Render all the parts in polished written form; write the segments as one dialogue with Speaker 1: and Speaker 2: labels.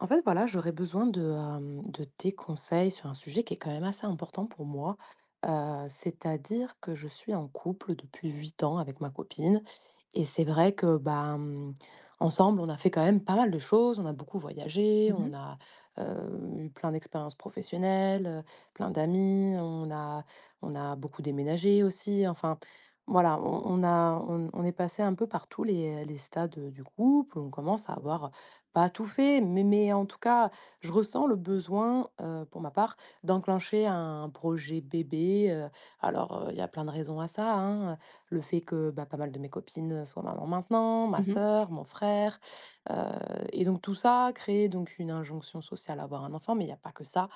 Speaker 1: En fait, voilà, j'aurais besoin de tes conseils sur un sujet qui est quand même assez important pour moi. C'est-à-dire que je suis en couple depuis 8 ans avec ma copine et c'est vrai que, bah, ensemble, on a fait quand même pas mal de choses. On a beaucoup voyagé, on
Speaker 2: Mhm.
Speaker 1: a, heu, eu plein d'expériences professionnelles, plein d'amis, on a beaucoup déménagé aussi. Enfin, voilà, on a on on est passé un peu par tous les stades, du couple. On commence à avoir, pas tout fait, mais en tout cas, je ressens le besoin, pour ma part, d'enclencher un projet bébé. Il y a plein de raisons à ça, hein, le fait que, bah, pas mal de mes copines soient maman maintenant, ma
Speaker 2: Mhm.
Speaker 1: sœur, mon frère, heu et donc tout ça crée donc une injonction sociale à avoir un enfant, mais il y a pas que ça.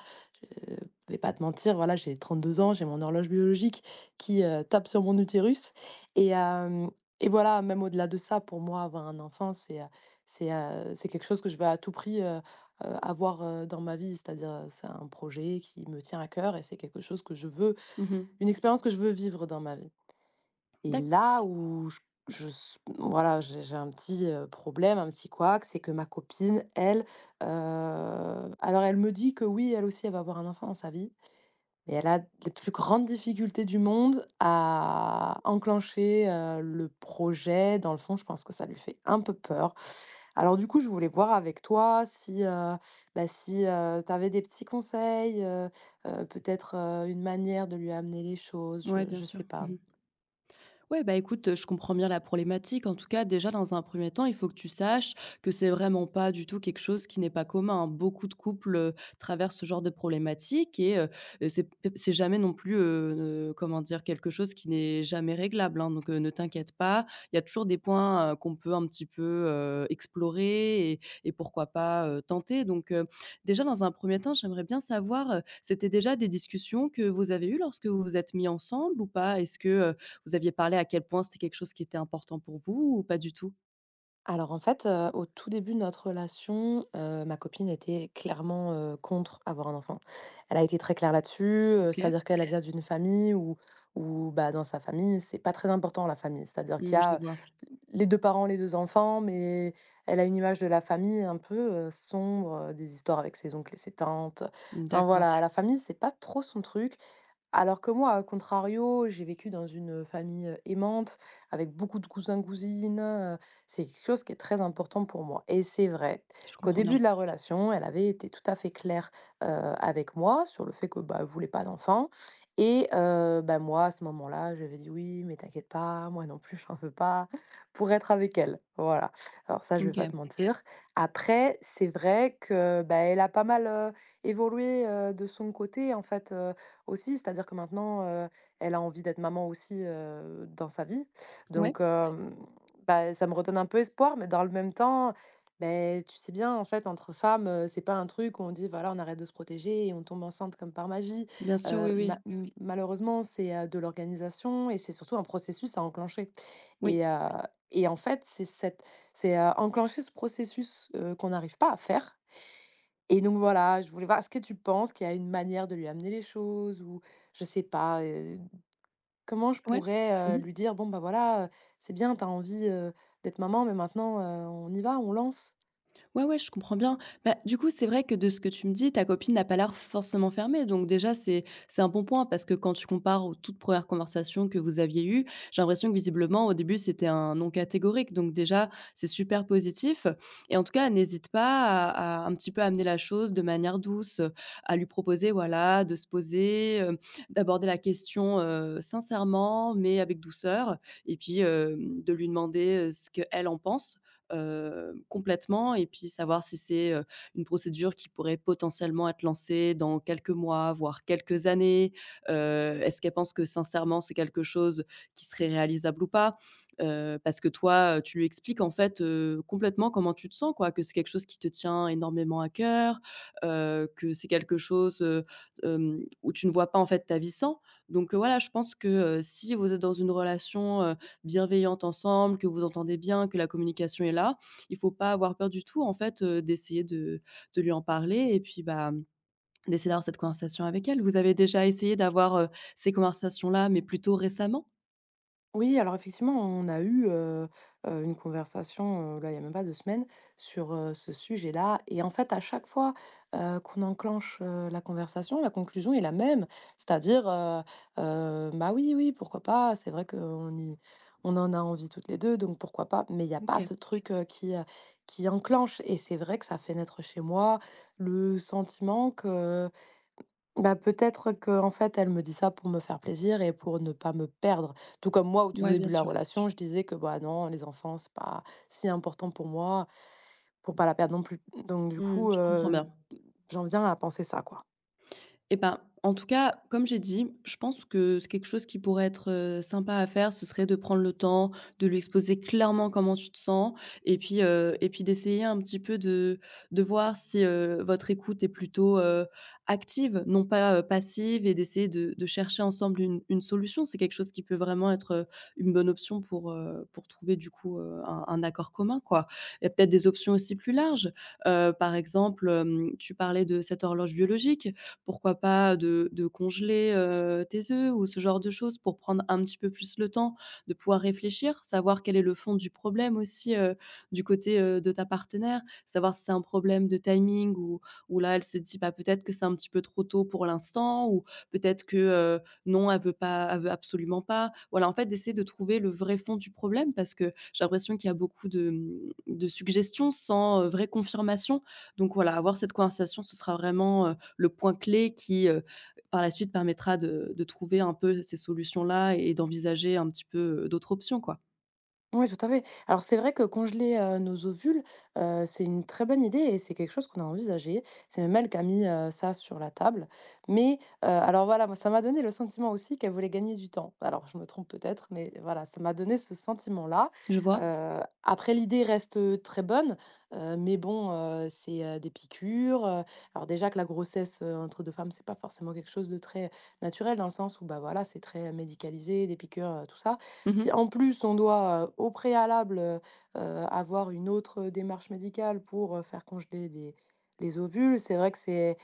Speaker 1: Je vais pas te mentir, voilà, j'ai 32 ans, j'ai mon horloge biologique qui, tape sur mon utérus et hem et voilà, même au-delà de ça, pour moi, avoir un enfant, c'est quelque chose que je veux à tout prix, avoir, dans ma vie. C'est un projet qui me tient à cœur et c'est quelque chose que je veux,
Speaker 2: Mmh. Mmh.
Speaker 1: une expérience que je veux vivre dans ma vie. Et
Speaker 2: D'accord.
Speaker 1: là où j je s voilà, j'ai un petit, problème, un petit couac, c'est que ma copine, elle, alors elle me dit que oui, elle aussi, elle va avoir un enfant dans sa vie. Et elle a les plus grandes difficultés du monde à enclencher, le projet. Dans le fond, je pense que ça lui fait un peu peur. Alors du coup, je voulais voir avec toi si, bah, si, tu avais des petits conseils, peut-être, une manière de lui amener les choses,
Speaker 2: Ouais,
Speaker 1: je
Speaker 2: bien
Speaker 1: je
Speaker 2: sûr.
Speaker 1: sais pas.
Speaker 2: Mmh. Ouais, bah écoute, je comprends bien la problématique. En tout cas, déjà, dans un premier temps, il faut que tu saches que c'est vraiment pas du tout quelque chose qui n'est pas commun, hein. Beaucoup de couples, traversent ce genre de problématique et c'est c'est jamais non plus, comment dire? Quelque chose qui n'est jamais réglable, hein, donc ne t'inquiète pas. Il y a toujours des points, qu'on peut un petit peu, explorer et pourquoi pas, tenter. Donc déjà, dans un premier temps, j'aimerais bien savoir, c'était déjà des discussions que vous avez eues lorsque vous vous êtes mis ensemble ou pas? Est-ce que, vous aviez parlé à quel point c'était quelque chose qui était important pour vous ou pas du tout?
Speaker 1: Alors en fait, au tout début de notre relation, ma copine était clairement, contre avoir un enfant. Elle a été très claire là-dessus,
Speaker 2: OK.
Speaker 1: c'est-à-dire qu'elle OK vient d'une famille où bah, dans sa famille, c'est pas très important la famille. C'est-à-dire qu'il y
Speaker 2: Mmh, je
Speaker 1: a,
Speaker 2: vois.
Speaker 1: les 2 parents, les 2 enfants, mais elle a une image de la famille un peu, sombre, des histoires avec ses oncles et ses tantes. Enfin
Speaker 2: D'accord,
Speaker 1: voilà, la famille, c'est pas trop son truc alors que moi, à contrario, j'ai vécu dans une famille, aimante, avec beaucoup de cousins-cousines, c'est quelque chose qui est très important pour moi et c'est vrai
Speaker 2: je
Speaker 1: qu'au
Speaker 2: comprends bien.
Speaker 1: début de la relation, elle avait été tout à fait claire, avec moi sur le fait que, bah, elle voulait pas d'enfant et bah, moi, à ce moment-là, j'avais dit: «Oui, mais t'inquiète pas, moi non plus, j'en veux pas», pour être avec elle, voilà. Alors ça, je vais pas
Speaker 2: OK.
Speaker 1: te OK mentir. Après, c'est vrai que, bah, elle a pas mal, évolué, de son côté, en fait, aussi, c'est-à-dire que maintenant, elle a envie d'être maman aussi, dans sa vie.
Speaker 2: Ouais,
Speaker 1: Donc Ouais, bah, ça me redonne un peu espoir, mais dans le même temps, beh, tu sais bien, en fait, entre femmes, c'est pas un truc où on dit: «Voilà, on arrête de se protéger et on tombe enceinte comme par magie».
Speaker 2: bien sûr, oui,
Speaker 1: Mmh, ma
Speaker 2: oui.
Speaker 1: m malheureusement, c'est, de l'organisation et c'est surtout un processus à enclencher
Speaker 2: Oui,
Speaker 1: et Ouais, et en fait, c'est enclencher ce processus, qu'on n'arrive pas à faire et donc voilà, je voulais voir est-ce que tu penses qu'il y a une manière de lui amener les choses ou je sais pas, comment je
Speaker 2: ouais.
Speaker 1: pourrais,
Speaker 2: Mmh.
Speaker 1: lui dire: «Bon, bah, voilà, c'est bien, t'as envie, d'être maman, mais maintenant, on y va, on lance»?
Speaker 2: Ouais, ouais, je comprends bien. Bah, du coup, c'est vrai que de ce que tu me dis, ta copine n'a pas l'air forcément fermée. Donc déjà, c'est un bon point parce que quand tu compares aux toutes premières conversations que vous aviez eues, j'ai l'impression que visiblement, au début, c'était un non catégorique. Donc déjà, c'est super positif. Et en tout cas, n'hésite pas à, à un petit peu amener la chose de manière douce, à lui proposer, voilà, de se poser, d'aborder la question sincèrement, mais avec douceur, et puis de lui demander ce qu'elle en pense complètement et puis savoir si c'est, une procédure qui pourrait potentiellement être lancée dans quelques mois, voire quelques années. Est-ce qu'elle pense que sincèrement c'est quelque chose qui serait réalisable ou pas? Parce que toi, tu lui expliques en fait, complètement comment tu te sens quoi, que c'est quelque chose qui te tient énormément à cœur, que c'est quelque chose, où tu ne vois pas en fait ta vie sans. Donc, voilà, je pense que, si vous êtes dans une relation, bienveillantes ensemble, que vous entendez bien, que la communication est là. Il faut pas avoir peur du tout en fait, d'essayer de lui en parler et puis, bah, d'essayer d'avoir cette conversation avec elle. Vous avez déjà essayé d'avoir, ces conversations-là, mais plutôt récemment?
Speaker 1: Oui, alors effectivement, on a eu, une conversation, là, il y a même pas 2 semaines sur, ce sujet-là et en fait, à chaque fois, qu'on enclenche, la conversation, la conclusion est la même. C'est-à-dire: «Bah, oui, oui, pourquoi pas? C'est vrai qu'on y on en a envie toutes les 2, donc pourquoi pas?» mais il y a pas
Speaker 2: OK.
Speaker 1: ce truc, qui enclenche et c'est vrai que ça fait naître chez moi le sentiment que bah, peut-être qu'en fait, elle me dit ça pour me faire plaisir et pour ne pas me perdre. Tout comme moi, au tout
Speaker 2: Ouais, bien
Speaker 1: début de la
Speaker 2: sûr.
Speaker 1: relation, je disais que bah non, les enfants, c'est pas si important pour moi, pour pas la perdre non plus. Donc du
Speaker 2: Mmh,
Speaker 1: coup,
Speaker 2: je comprends bien.
Speaker 1: j'en viens à penser ça, quoi.
Speaker 2: Eh ben, en tout cas, comme j'ai dit, je pense que c'est quelque chose qui pourrait être, sympa à faire, ce serait de prendre le temps de lui exposer clairement comment tu te sens et puis d'essayer un petit peu de voir si, votre écoute est plutôt, active, non pas, passive et d'essayer de chercher ensemble une solution. C'est quelque chose qui peut vraiment être, une bonne option pour trouver du coup, un accord commun, quoi, et peut-être des options aussi plus larges. Par exemple, tu parlais de cette horloge biologique, pourquoi pas de congeler, tes œufs ou ce genre de choses pour prendre un petit peu plus le temps de pouvoir réfléchir, savoir quel est le fond du problème aussi, du côté, de ta partenaire, savoir si c'est un problème de timing ou là elle se dit: «Bah, peut-être que c'est un petit peu trop tôt pour l'instant» ou peut-être que, non elle veut pas elle veut absolument pas. Voilà, en fait d'essayer de trouver le vrai fond du problème parce que j'ai l'impression qu'il y a beaucoup de, mmh, de suggestions sans, vraie confirmation donc voilà, avoir cette conversation ce sera vraiment, le point clé qui, par la suite, permettra de trouver un peu ces solutions-là et d'envisager un petit peu, d'autres options, quoi.
Speaker 1: Oui, tout à fait. Alors c'est vrai que congeler, nos ovules, c'est une très bonne idée et c'est quelque chose qu'on a envisagé. C'est même elle qui a mis, ça sur la table. Mais, alors voilà, moi ça m'a donné le sentiment aussi qu'elle voulait gagner du temps. Alors je me trompe peut-être, mais voilà, ça m'a donné ce sentiment-là.
Speaker 2: Je vois.
Speaker 1: Après l'idée reste, très bonne, mais bon, c'est, des piqûres, alors déjà que la grossesse, entre 2 femmes, c'est pas forcément quelque chose de très naturel dans le sens où, bah, voilà, c'est très médicalisé, des piqûres, tout ça.
Speaker 2: Mmh mh.
Speaker 1: Si en plus on doit, au préalable, heu, avoir une autre démarche médicale pour, faire congeler les ovules, c'est vrai que c'est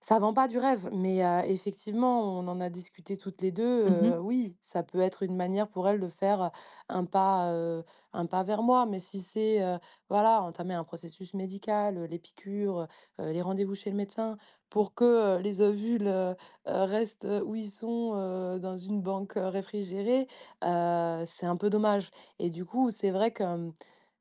Speaker 1: ça vend pas du rêve, mais effectivement, on en a discuté toutes les 2.
Speaker 2: Mmh.
Speaker 1: Oui, ça peut être une manière pour elle de faire, un pas, un pas vers moi, mais si c'est, voilà, entamer un processus médical, les piqûres, les rendez-vous chez le médecin pour que, les ovules, restent, où ils sont, dans une banque, réfrigérée. C'est un peu dommage et du coup, c'est vrai que,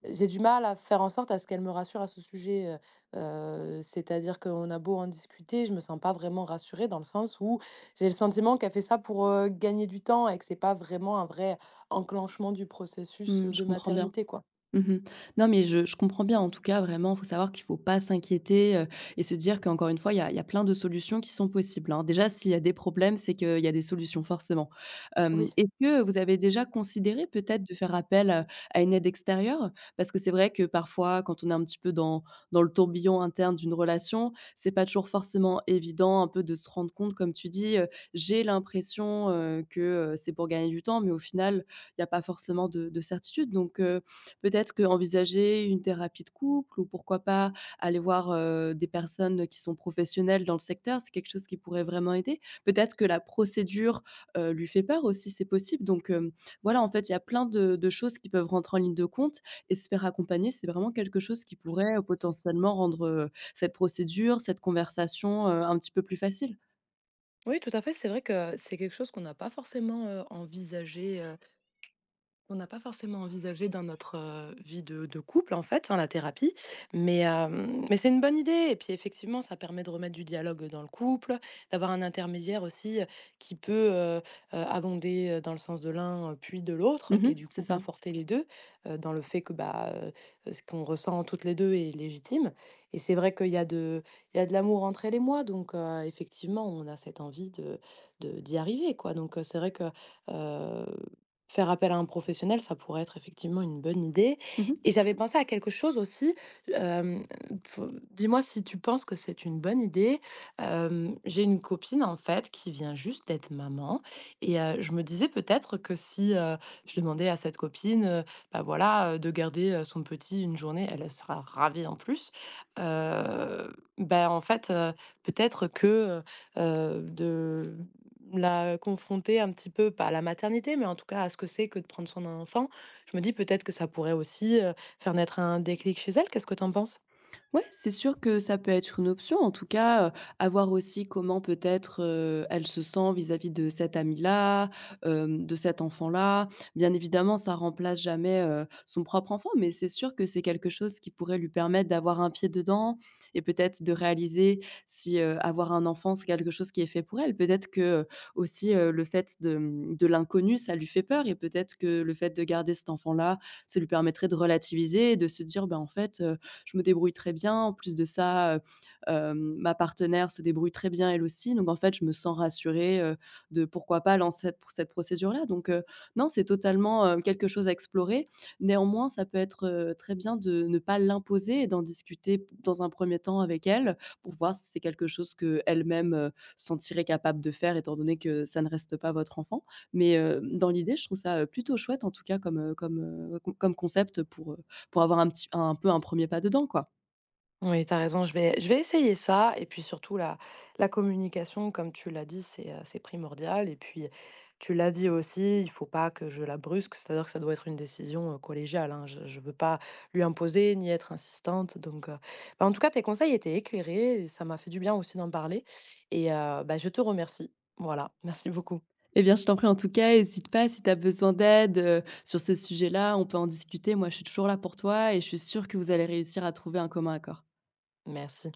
Speaker 1: j'ai du mal à faire en sorte à ce qu'elle me rassure à ce sujet, heu c'est-à-dire qu'on a beau en discuter, je me sens pas vraiment rassurée dans le sens où j'ai le sentiment qu'elle fait ça pour, gagner du temps et que c'est pas vraiment un vrai enclenchement du processus,
Speaker 2: Mmh, je
Speaker 1: de
Speaker 2: comprends bien.
Speaker 1: maternité, quoi.
Speaker 2: Mmh. Non, mais je comprends bien. En tout cas, vraiment, il faut savoir qu'il ne faut pas s'inquiéter, et se dire qu'encore une fois, il y a plein de solutions qui sont possibles, hein. Déjà, s'il y a des problèmes, c'est qu'il y a des solutions forcément.
Speaker 1: Oui.
Speaker 2: Est-ce que vous avez déjà considéré peut-être de faire appel, à une aide extérieure? Parce que c'est vrai que parfois, quand on est un petit peu dans dans le tourbillon interne d'une relation, c'est pas toujours forcément évident un peu de se rendre compte, comme tu dis, «J'ai l'impression, que, c'est pour gagner du temps», mais au final, il y a pas forcément de certitude. Donc peut-être qu'envisager une thérapie de couple ou pourquoi pas aller voir, des personnes qui sont professionnelles dans le secteur, c'est quelque chose qui pourrait vraiment aider. Peut-être que la procédure, lui fait peur aussi, c'est possible. Donc, voilà, en fait, il y a plein de choses qui peuvent rentrer en ligne de compte et se faire accompagner, c'est vraiment quelque chose qui pourrait, potentiellement rendre, cette procédure, cette conversation, un petit peu plus facile.
Speaker 1: Oui, tout à fait, c'est vrai que c'est quelque chose qu'on n'a pas forcément, envisagé. On n'a pas forcément envisagé dans notre, vie de couple, en fait, hein, la thérapie, mais c'est une bonne idée et puis effectivement, ça permet de remettre du dialogue, dans le couple, d'avoir un intermédiaire aussi, qui peut, abonder, dans le sens de l'un, puis de l'autre et
Speaker 2: Mmh,
Speaker 1: du
Speaker 2: c'est
Speaker 1: coup
Speaker 2: ça.
Speaker 1: conforter les 2 dans le fait que, bah, ce qu'on ressent toutes les 2 est légitime et c'est vrai qu'il y a de il y a de l'amour entre elle et moi donc effectivement, on a cette envie de d'y arriver, quoi donc c'est vrai que, heu faire appel à un professionnel, ça pourrait être effectivement une bonne idée
Speaker 2: Mmh.
Speaker 1: et j'avais pensé à quelque chose aussi, hem, faut dis-moi si tu penses que c'est une bonne idée. J'ai une copine, en fait, qui vient juste d'être maman et je me disais peut-être que si, je demandais à cette copine, bah, voilà, de garder, son petit une journée, elle, sera ravie en plus. Heu, bah, en fait, peut-être que, heu de la confronter un petit peu, pas à la maternité, mais en tout cas à ce que c'est que de prendre soin d'un enfant, je me dis peut-être que ça pourrait aussi, faire naître un déclic chez elle. Qu'est-ce que tu en penses?
Speaker 2: Ouais, c'est sûr que ça peut être une option. En tout cas, à voir aussi comment peut-être, elle se sent vis-à-vis de cette amie-là, de cet enfant-là. Bien évidemment, ça remplace jamais, son propre enfant, mais c'est sûr que c'est quelque chose qui pourrait lui permettre d'avoir un pied dedans et peut-être de réaliser si, avoir un enfant, c'est quelque chose qui est fait pour elle. Peut-être que, aussi, le fait de, mmh, de l'inconnu, ça lui fait peur et peut-être que le fait de garder cet enfant-là, ça lui permettrait de relativiser et de se dire: ben en fait, je me débrouille très bien. En plus de ça, ma partenaire se débrouille très bien elle aussi. Donc en fait, je me sens rassurée, de pourquoi pas lancer cette procédure-là. Donc non, c'est totalement, quelque chose à explorer. Néanmoins, ça peut être, très bien de ne pas l'imposer et d'en discuter dans un premier temps avec elle pour voir si c'est quelque chose que elle même sentirait capable de faire étant donné que ça ne reste pas votre enfant. Mais dans l'idée, je trouve ça, plutôt chouette en tout cas comme, comme concept pour avoir un peu un premier pas dedans, quoi.
Speaker 1: Oui, tu as raison, je vais essayer ça et puis surtout la communication comme tu l'as dit, c'est primordial et puis tu l'as dit aussi, il faut pas que je la brusque, c'est-à-dire que ça doit être une décision, collégiale, hein. Je veux pas lui imposer ni être insistante donc bah, en tout cas tes conseils étaient éclairés et ça m'a fait du bien aussi d'en parler et bah, je te remercie. Voilà, merci beaucoup.
Speaker 2: Eh bien, je t'en prie, en tout cas, hésite pas si tu as besoin d'aide, sur ce sujet-là, on peut en discuter. Moi, je suis toujours là pour toi et je suis sûre que vous allez réussir à trouver un commun accord.
Speaker 1: Merci.